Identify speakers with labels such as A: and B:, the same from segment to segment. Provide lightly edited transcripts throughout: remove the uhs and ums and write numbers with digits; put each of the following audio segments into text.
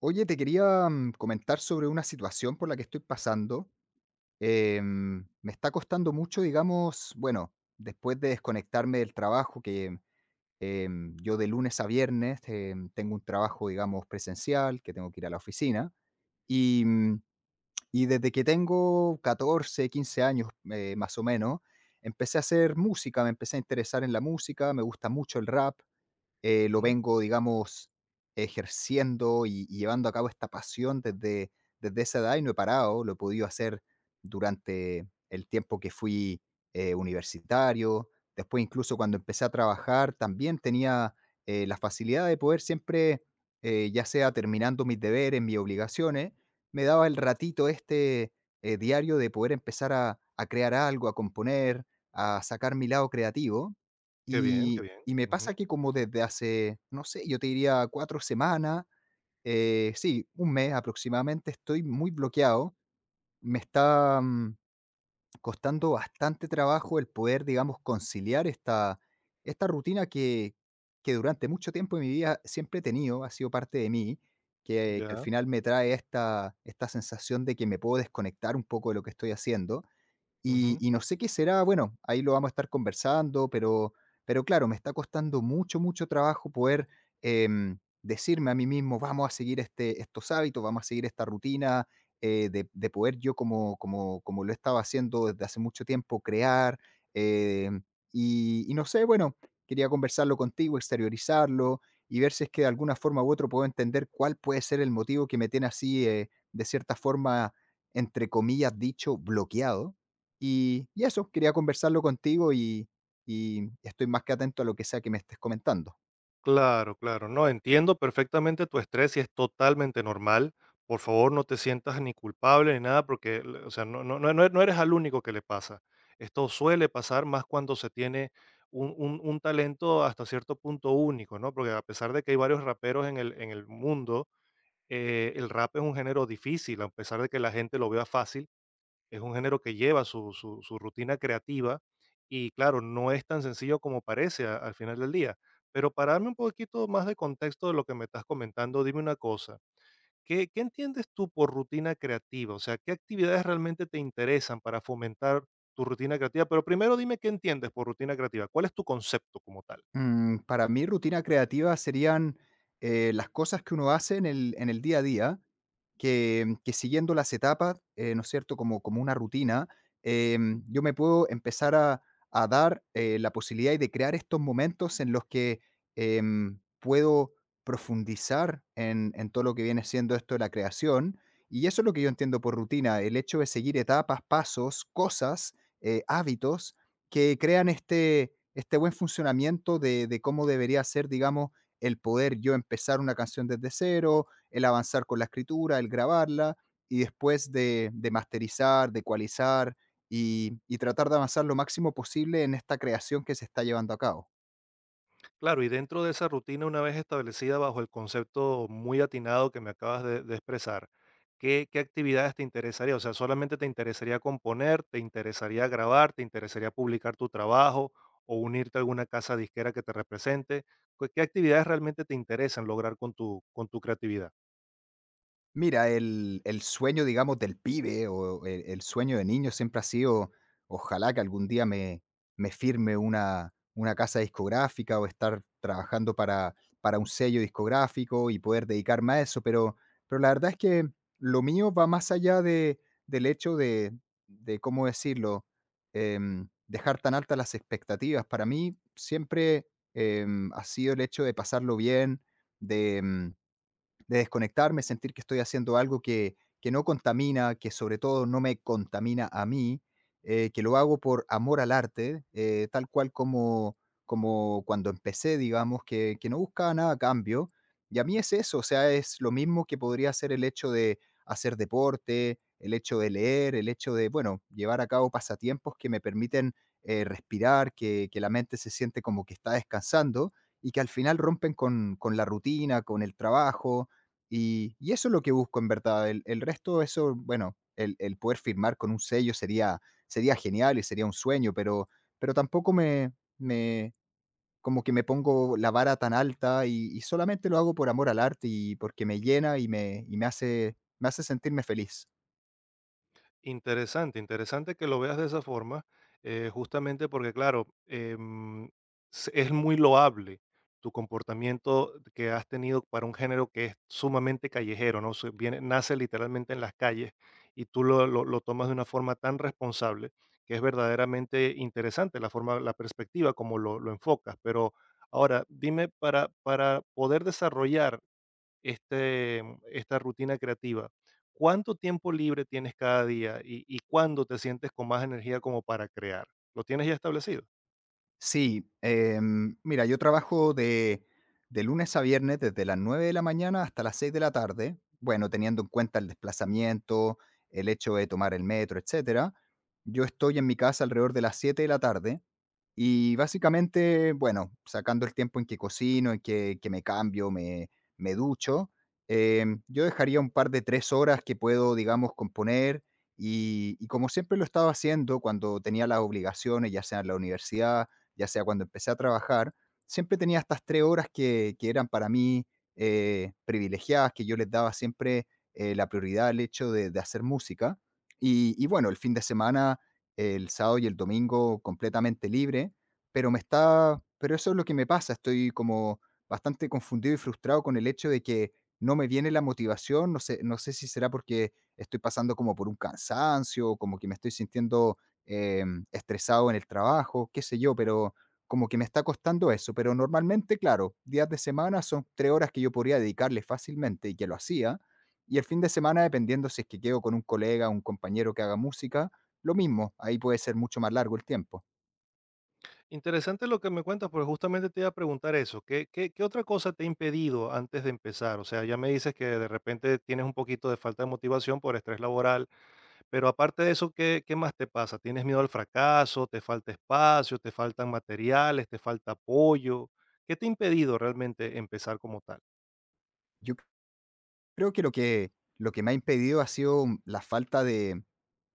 A: Oye, te quería comentar sobre una situación por la que estoy pasando. Me está costando mucho, digamos, bueno, después de desconectarme del trabajo, que yo de lunes a viernes tengo un trabajo, digamos, presencial, que tengo que ir a la oficina, y, mm, y desde que tengo 14, 15 años, más o menos, empecé a hacer música, me empecé a interesar en la música, me gusta mucho el rap. Lo
B: Ujú.
A: vengo, digamos, ejerciendo y llevando a cabo esta pasión desde, desde esa edad, y no he parado. Lo he podido hacer durante el tiempo que fui universitario. Después, incluso cuando empecé a trabajar, también tenía la facilidad de poder siempre, ya sea terminando mis deberes, mis obligaciones, me daba el ratito este diario de poder empezar a crear algo, a componer, a sacar mi lado creativo.
B: Qué bien, qué
A: y
B: bien.
A: y me
B: Ujú,
A: pasa que, como desde hace, no sé, yo te diría 4 semanas, sí, un mes aproximadamente, estoy muy bloqueado. Me está costando bastante trabajo el poder, digamos, conciliar esta esta rutina, que durante mucho tiempo de mi vida siempre he tenido, ha sido parte de mí, que al
B: ya,
A: final me trae esta esta sensación de que me puedo desconectar un poco de lo que estoy haciendo. y,
B: ujú.
A: y no sé qué será, bueno, ahí lo vamos a estar conversando, pero claro, me está costando mucho, mucho trabajo poder decirme a mí mismo: vamos a seguir este, estos hábitos, vamos a seguir esta rutina, de poder yo como lo estaba haciendo desde hace mucho tiempo, crear. eh, y no sé, bueno, quería conversarlo contigo, exteriorizarlo, y ver si es que de alguna forma u otra puedo entender cuál puede ser el motivo que me tiene así, de cierta forma, entre comillas, dicho, bloqueado. Y eso, quería conversarlo contigo, y estoy más que atento a lo que sea que me estés comentando.
B: Claro, claro. No, entiendo perfectamente tu estrés y es totalmente normal. Por favor, no te sientas ni culpable ni nada porque, o sea, no, no, no, no eres al único que le pasa. Esto suele pasar más cuando se tiene un talento hasta cierto punto único, ¿no? Porque a pesar de que hay varios raperos en el mundo, el rap es un género difícil, a pesar de que la gente lo vea fácil. Es un género que lleva su rutina creativa y claro, no es tan sencillo como parece al final del día. Pero para darme un poquito más de contexto de lo que me estás comentando, dime una cosa. ¿Qué, qué entiendes tú por rutina creativa? O sea, ¿qué actividades realmente te interesan para fomentar tu rutina creativa? Pero primero dime qué entiendes por rutina creativa. ¿Cuál es tu concepto como tal?
A: Para mí, rutina creativa serían, las cosas que uno hace en el día a día, que siguiendo las etapas, ¿no es cierto?, como como una rutina, yo me puedo empezar a dar, la posibilidad de crear estos momentos en los que, puedo profundizar en todo lo que viene siendo esto de la creación. Y eso es lo que yo entiendo por rutina: el hecho de seguir etapas, pasos, cosas, hábitos que crean este, este buen funcionamiento de cómo debería ser, digamos, el poder yo empezar una canción desde cero, el avanzar con la escritura, el grabarla, y después de masterizar, de ecualizar, y tratar de avanzar lo máximo posible en esta creación que se está llevando a cabo.
B: Claro, y dentro de esa rutina, una vez establecida bajo el concepto muy atinado que me acabas de expresar, ¿qué, qué actividades te interesaría? O sea, ¿solamente te interesaría componer, te interesaría grabar, te interesaría publicar tu trabajo o unirte a alguna casa disquera que te represente? ¿Qué, qué actividades realmente te interesan lograr con tu creatividad?
A: Mira, el sueño, digamos, del pibe, o el sueño de niño, siempre ha sido: ojalá que algún día me me firme una casa discográfica, o estar trabajando para un sello discográfico, y poder dedicarme a eso. Pero la verdad es que lo mío va más allá de del hecho de ¿cómo decirlo?, dejar tan altas las expectativas. Para mí siempre, ha sido el hecho de pasarlo bien, de, mm, de desconectarme, sentir que estoy haciendo algo que no contamina, que sobre todo no me contamina a mí, que lo hago por amor al arte, tal cual como, como cuando empecé, digamos, que no buscaba nada a cambio. Y a mí es eso, o sea, es lo mismo que podría ser el hecho de hacer deporte, el hecho de leer, el hecho de, bueno, llevar a cabo pasatiempos que me permiten respirar, que la mente se siente como que está descansando, y que al final rompen con la rutina, con el trabajo. Y eso es lo que busco en verdad. El resto, eso, bueno, el poder firmar con un sello sería, sería genial y sería un sueño, pero tampoco me, como que me pongo la vara tan alta, y solamente lo hago por amor al arte, y porque me llena y me hace sentirme feliz.
B: Interesante, interesante que lo veas de esa forma, justamente porque, claro, es muy loable tu comportamiento que has tenido para un género que es sumamente callejero, ¿no? Se viene, nace literalmente en las calles y tú lo tomas de una forma tan responsable que es verdaderamente interesante la forma, la perspectiva como lo enfocas. Pero ahora, dime, para poder desarrollar esta rutina creativa, ¿cuánto tiempo libre tienes cada día y cuándo te sientes con más energía como para crear? ¿Lo tienes ya establecido?
A: Sí, mira, yo trabajo de lunes a viernes desde las 9 de la mañana hasta las 6 de la tarde, bueno, teniendo en cuenta el desplazamiento, el hecho de tomar el metro, etcétera. Yo estoy en mi casa alrededor de las 7 de la tarde, y básicamente, bueno, sacando el tiempo en que cocino, en que me cambio, me ducho, yo dejaría un par de 3 horas que puedo, digamos, componer, y como siempre lo estaba haciendo cuando tenía las obligaciones, ya sea en la universidad, ya sea cuando empecé a trabajar, siempre tenía estas 3 horas que eran para mí privilegiadas, que yo les daba siempre la prioridad al hecho de hacer música. Bueno, el fin de semana, el sábado y el domingo completamente libre, pero eso es lo que me pasa: estoy como bastante confundido y frustrado con el hecho de que no me viene la motivación, no sé, no sé si será porque estoy pasando como por un cansancio, como que me estoy sintiendo eh, estresado en el trabajo, qué sé yo, pero como que me está costando eso. Pero normalmente, claro, días de semana son 3 horas que yo podría dedicarle fácilmente y que lo hacía. Y el fin de semana, dependiendo si es que quedo con un colega, un compañero que haga música, lo mismo, ahí puede ser mucho más largo el tiempo.
B: Interesante lo que me cuentas, porque justamente te iba a preguntar eso. ¿Qué, qué, qué otra cosa te ha impedido antes de empezar? O sea, ya me dices que de repente tienes un poquito de falta de motivación por estrés laboral, pero aparte de eso, ¿qué, qué más te pasa? ¿Tienes miedo al fracaso? ¿Te falta espacio? ¿Te faltan materiales? ¿Te falta apoyo? ¿Qué te ha impedido realmente empezar como tal?
A: Yo Creo que lo que me ha impedido ha sido la falta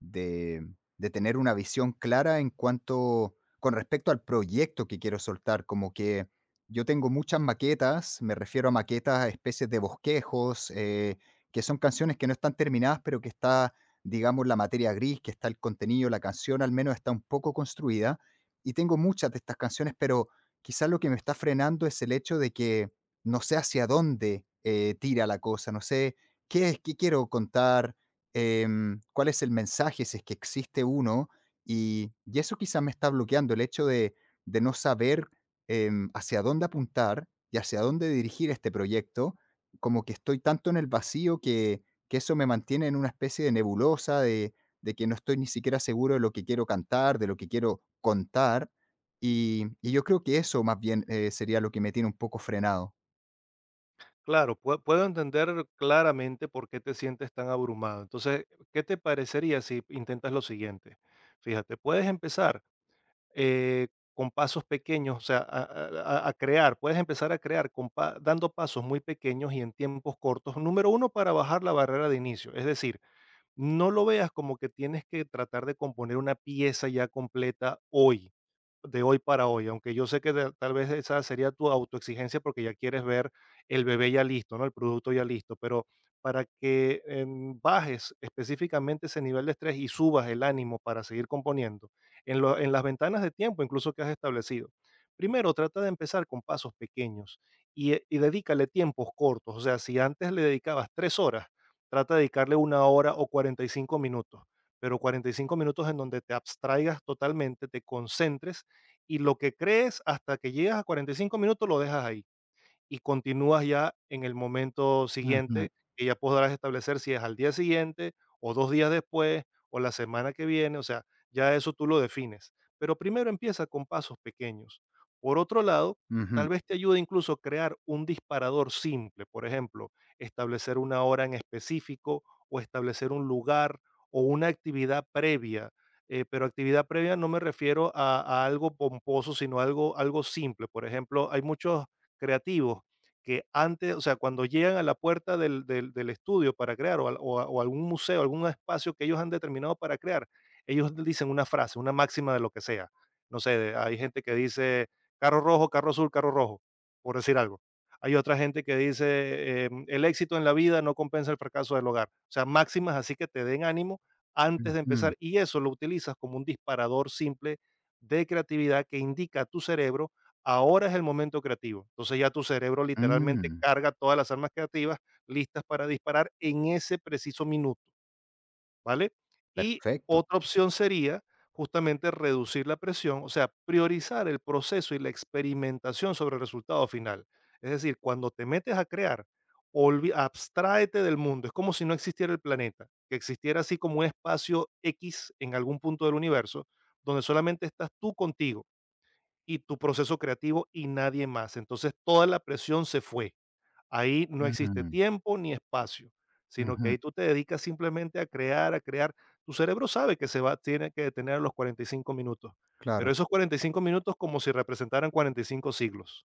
A: de de tener una visión clara en cuanto con respecto al proyecto que quiero soltar, como que yo tengo muchas maquetas, me refiero a maquetas, especies de bosquejos, que son canciones que no están terminadas, pero que está, digamos, la materia gris, que está el contenido, la canción al menos está un poco construida, y tengo muchas de estas canciones. Pero quizás lo que me está frenando es el hecho de que no sé hacia dónde tira la cosa, no sé qué es, qué quiero contar, cuál es el mensaje, si es que existe uno. Y eso quizás me está bloqueando, el hecho de no saber hacia dónde apuntar y hacia dónde dirigir este proyecto, como que estoy tanto en el vacío que eso me mantiene en una especie de nebulosa, de que no estoy ni siquiera seguro de lo que quiero cantar, de lo que quiero contar. Y yo creo que eso, más bien, sería lo que me tiene un poco frenado.
B: Claro, puedo entender claramente por qué te sientes tan abrumado. Entonces, ¿qué te parecería si intentas lo siguiente? Fíjate, puedes empezar eh, con pasos pequeños, o sea, a crear, puedes empezar a crear con dando pasos muy pequeños y en tiempos cortos. Número uno, para bajar la barrera de inicio. Es decir, no lo veas como que tienes que tratar de componer una pieza ya completa hoy de hoy para hoy, aunque yo sé que de tal vez esa sería tu autoexigencia porque ya quieres ver el bebé ya listo, ¿no? El producto ya listo, pero para que, bajes específicamente ese nivel de estrés y subas el ánimo para seguir componiendo, en las ventanas de tiempo incluso que has establecido. Primero, trata de empezar con pasos pequeños y dedícale tiempos cortos, o sea, si antes le dedicabas 3 horas, trata de dedicarle 1 hora o 45 minutos, pero 45 minutos en donde te abstraigas totalmente, te concentres y lo que crees hasta que llegas a 45 minutos lo dejas ahí y continúas ya en el momento
A: Ujú,
B: siguiente, que ya podrás establecer si es al día siguiente o 2 días después o la semana que viene, o sea, ya eso tú lo defines. Pero primero empieza con pasos pequeños. Por otro lado, tal
A: ujú,
B: vez te ayude incluso crear un disparador simple, por ejemplo, establecer una hora en específico o establecer un lugar o una actividad previa. Pero actividad previa no me refiero a algo pomposo, sino algo, algo simple. Por ejemplo, hay muchos creativos que antes, o sea, cuando llegan a la puerta del estudio para crear o, al- o a- o algún museo, algún espacio que ellos han determinado para crear, ellos dicen una frase, una máxima de lo que sea. No sé, hay gente que dice carro rojo, carro azul, carro rojo, por decir algo. Hay otra gente que dice el éxito en la vida no compensa el fracaso del hogar. O sea, máximas así que te den ánimo antes de empezar
A: ujú.
B: y eso lo utilizas como un disparador simple de creatividad que indica a tu cerebro ahora es el momento creativo. Entonces ya tu cerebro literalmente
A: Mm,
B: carga todas las armas creativas listas para disparar en ese preciso minuto, ¿vale? Y
A: perfecto.
B: otra opción sería justamente reducir la presión, o sea, priorizar el proceso y la experimentación sobre el resultado final. Es decir, cuando te metes a crear, abstráete del mundo. Es como si no existiera el planeta, que existiera así como un espacio X en algún punto del universo, donde solamente estás tú contigo y tu proceso creativo y nadie más. Entonces toda la presión se fue. Ahí no existe
A: Ujú,
B: tiempo ni espacio, sino que
A: ujú,
B: ahí tú te dedicas simplemente a crear, a crear. Tu cerebro sabe que se va, tiene que detener a los 45 minutos, pero
A: claro.
B: esos 45 minutos como si representaran 45 siglos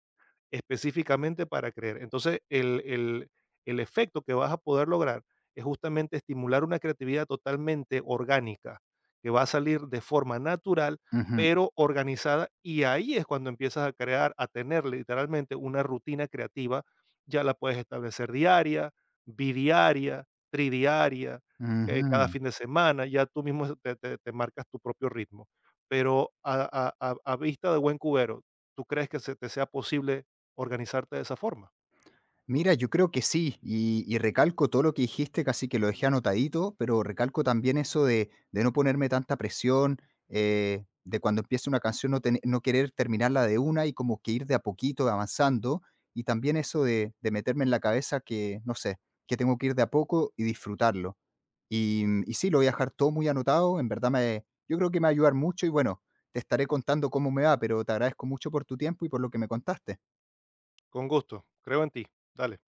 B: específicamente para creer. Entonces, el efecto que vas a poder lograr es justamente estimular una creatividad totalmente orgánica, que va a salir de forma natural,
A: Ujú,
B: pero organizada, y ahí es cuando empiezas a crear, a tener literalmente una rutina creativa, ya la puedes establecer diaria, bidiaria, tridiaria, cada
A: ujú.
B: fin de semana, ya tú mismo te marcas tu propio ritmo. Pero a vista de buen cubero, ¿tú crees que se te sea posible organizarte de esa forma?
A: Mira, yo creo que sí, y recalco todo lo que dijiste, casi que lo dejé anotadito, pero recalco también eso de no ponerme tanta presión, de cuando empiece una canción, no querer terminarla de una, y como que ir de a poquito avanzando, y también eso de meterme en la cabeza que, no sé, que tengo que ir de a poco y disfrutarlo. Y sí, lo voy a dejar todo muy anotado. En verdad yo creo que me va a ayudar mucho. Y bueno, te estaré contando cómo me va, pero te agradezco mucho por tu tiempo y por lo que me contaste.
B: Con gusto, creo en ti. Dale.